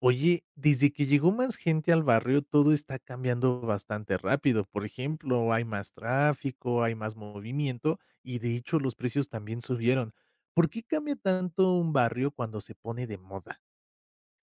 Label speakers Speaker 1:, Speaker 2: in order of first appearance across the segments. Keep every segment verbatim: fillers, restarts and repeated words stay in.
Speaker 1: Oye, desde que llegó más gente al barrio, todo está cambiando bastante rápido. Por ejemplo, hay más tráfico, hay más movimiento y de hecho los precios también subieron. ¿Por qué cambia tanto un barrio cuando se pone de moda?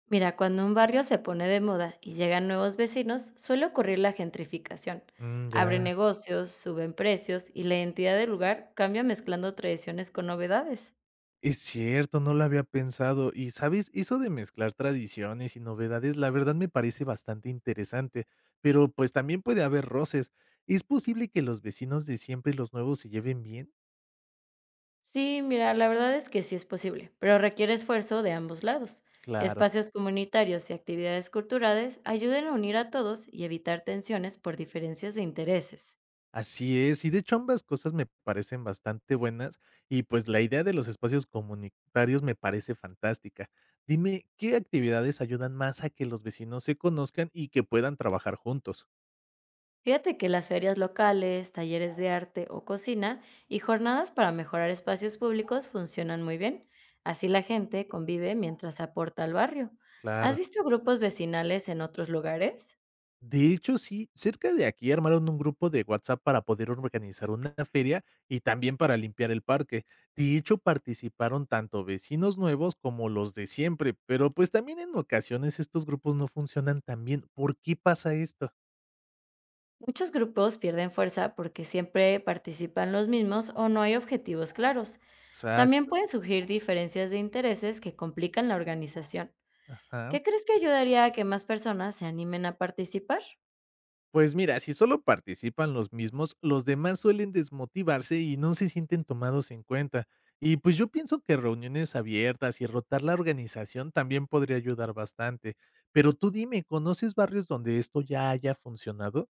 Speaker 2: Mira, cuando un barrio se pone de moda y llegan nuevos vecinos, suele ocurrir la gentrificación.
Speaker 1: Mm,
Speaker 2: Abren
Speaker 1: ya,
Speaker 2: negocios, suben precios y la identidad del lugar cambia mezclando tradiciones con novedades.
Speaker 1: es cierto, no lo había pensado. Y sabes, eso de mezclar tradiciones y novedades, la verdad me parece bastante interesante, pero pues también puede haber roces. ¿Es posible que los vecinos de siempre y los nuevos se lleven bien?
Speaker 2: Sí, mira, la verdad es que sí es posible, pero requiere esfuerzo de ambos lados.
Speaker 1: Claro.
Speaker 2: Espacios comunitarios y actividades culturales ayudan a unir a todos y evitar tensiones por diferencias de intereses.
Speaker 1: Así es, y de hecho ambas cosas me parecen bastante buenas y pues la idea de los espacios comunitarios me parece fantástica. Dime, ¿qué actividades ayudan más a que los vecinos se conozcan y que puedan trabajar juntos?
Speaker 2: Fíjate que las ferias locales, talleres de arte o cocina y jornadas para mejorar espacios públicos funcionan muy bien. Así la gente convive mientras aporta al barrio. ¿Has
Speaker 1: Claro.
Speaker 2: visto grupos vecinales en otros lugares?
Speaker 1: De hecho, sí, cerca de aquí armaron un grupo de WhatsApp para poder organizar una feria y también para limpiar el parque. De hecho, participaron tanto vecinos nuevos como los de siempre, pero pues también en ocasiones estos grupos no funcionan tan bien. ¿Por qué pasa esto?
Speaker 2: Muchos grupos pierden fuerza porque siempre participan los mismos o no hay objetivos claros. También
Speaker 1: Exacto.
Speaker 2: pueden surgir diferencias de intereses que complican la organización.
Speaker 1: Ajá.
Speaker 2: ¿Qué crees que ayudaría a que más personas se animen a participar?
Speaker 1: Pues mira, si solo participan los mismos, los demás suelen desmotivarse y no se sienten tomados en cuenta. Y pues yo pienso que reuniones abiertas y rotar la organización también podría ayudar bastante. Pero tú dime, ¿conoces barrios donde esto ya haya funcionado?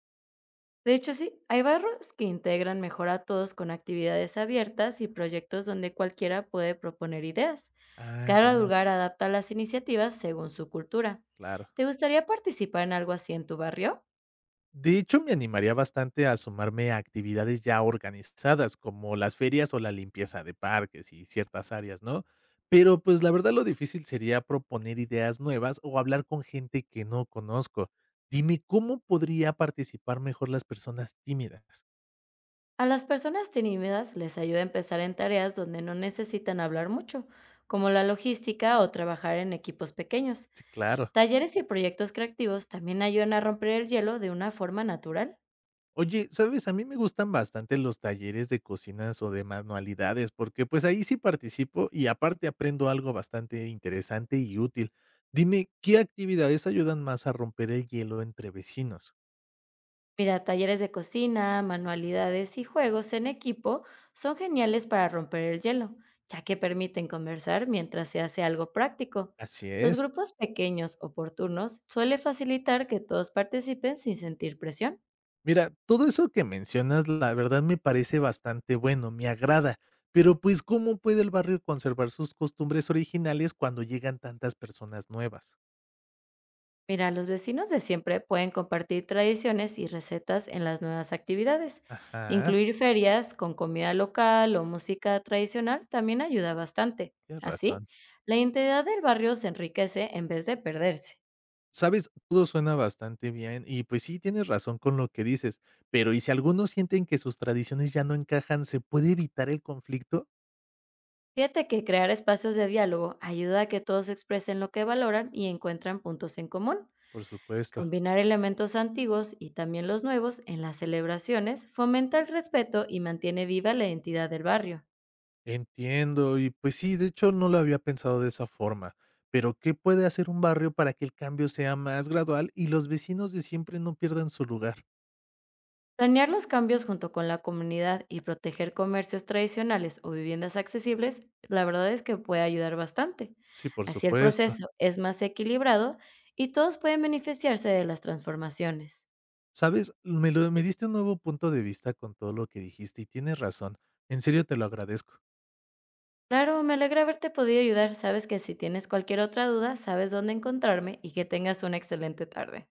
Speaker 2: De hecho, sí, hay barrios que integran mejor a todos con actividades abiertas y proyectos donde cualquiera puede proponer ideas.
Speaker 1: Ah,
Speaker 2: Cada
Speaker 1: ya,
Speaker 2: lugar adapta las iniciativas según su cultura.
Speaker 1: claro.
Speaker 2: ¿Te gustaría participar en algo así en tu barrio?
Speaker 1: De hecho, me animaría bastante a sumarme a actividades ya organizadas, como las ferias o la limpieza de parques y ciertas áreas, ¿no? Pero pues la verdad lo difícil sería proponer ideas nuevas o hablar con gente que no conozco. Dime, ¿cómo podría participar mejor las personas tímidas?
Speaker 2: A las personas tímidas les ayuda a empezar en tareas donde no necesitan hablar mucho, como la logística o trabajar en equipos pequeños.
Speaker 1: Sí, claro.
Speaker 2: Talleres y proyectos creativos también ayudan a romper el hielo de una forma natural.
Speaker 1: Oye, ¿sabes? A mí me gustan bastante los talleres de cocinas o de manualidades, porque pues ahí sí participo y aparte aprendo algo bastante interesante y útil. Dime, ¿qué actividades ayudan más a romper el hielo entre vecinos?
Speaker 2: Mira, talleres de cocina, manualidades y juegos en equipo son geniales para romper el hielo, ya que permiten conversar mientras se hace algo práctico.
Speaker 1: Así
Speaker 2: Los
Speaker 1: es.
Speaker 2: grupos pequeños o por turnos suele facilitar que todos participen sin sentir presión.
Speaker 1: Mira, todo eso que mencionas, la verdad me parece bastante bueno, me agrada, pero pues ¿cómo puede el barrio conservar sus costumbres originales cuando llegan tantas personas nuevas?
Speaker 2: Mira, los vecinos de siempre pueden compartir tradiciones y recetas en las nuevas actividades.
Speaker 1: Ajá,
Speaker 2: Incluir ferias con comida local o música tradicional también ayuda bastante.
Speaker 1: tienes
Speaker 2: Así,
Speaker 1: razón.
Speaker 2: la identidad del barrio se enriquece en vez de perderse.
Speaker 1: Sabes, todo suena bastante bien y pues sí, tienes razón con lo que dices, pero ¿y si algunos sienten que sus tradiciones ya no encajan, se puede evitar el conflicto?
Speaker 2: Fíjate que crear espacios de diálogo ayuda a que todos expresen lo que valoran y encuentran puntos en común.
Speaker 1: Por supuesto,
Speaker 2: Combinar elementos antiguos y también los nuevos en las celebraciones fomenta el respeto y mantiene viva la identidad del barrio.
Speaker 1: entiendo y pues sí, de hecho no lo había pensado de esa forma, pero ¿qué puede hacer un barrio para que el cambio sea más gradual y los vecinos de siempre no pierdan su lugar?
Speaker 2: Planear los cambios junto con la comunidad y proteger comercios tradicionales o viviendas accesibles, la verdad es que puede ayudar bastante.
Speaker 1: Sí, por
Speaker 2: Así el
Speaker 1: supuesto.
Speaker 2: proceso es más equilibrado y todos pueden beneficiarse de las transformaciones.
Speaker 1: Sabes, me, lo, me diste un nuevo punto de vista con todo lo que dijiste y tienes razón. En serio te lo agradezco.
Speaker 2: Claro, me alegra haberte podido ayudar. Sabes que si tienes cualquier otra duda, sabes dónde encontrarme y que tengas una excelente tarde.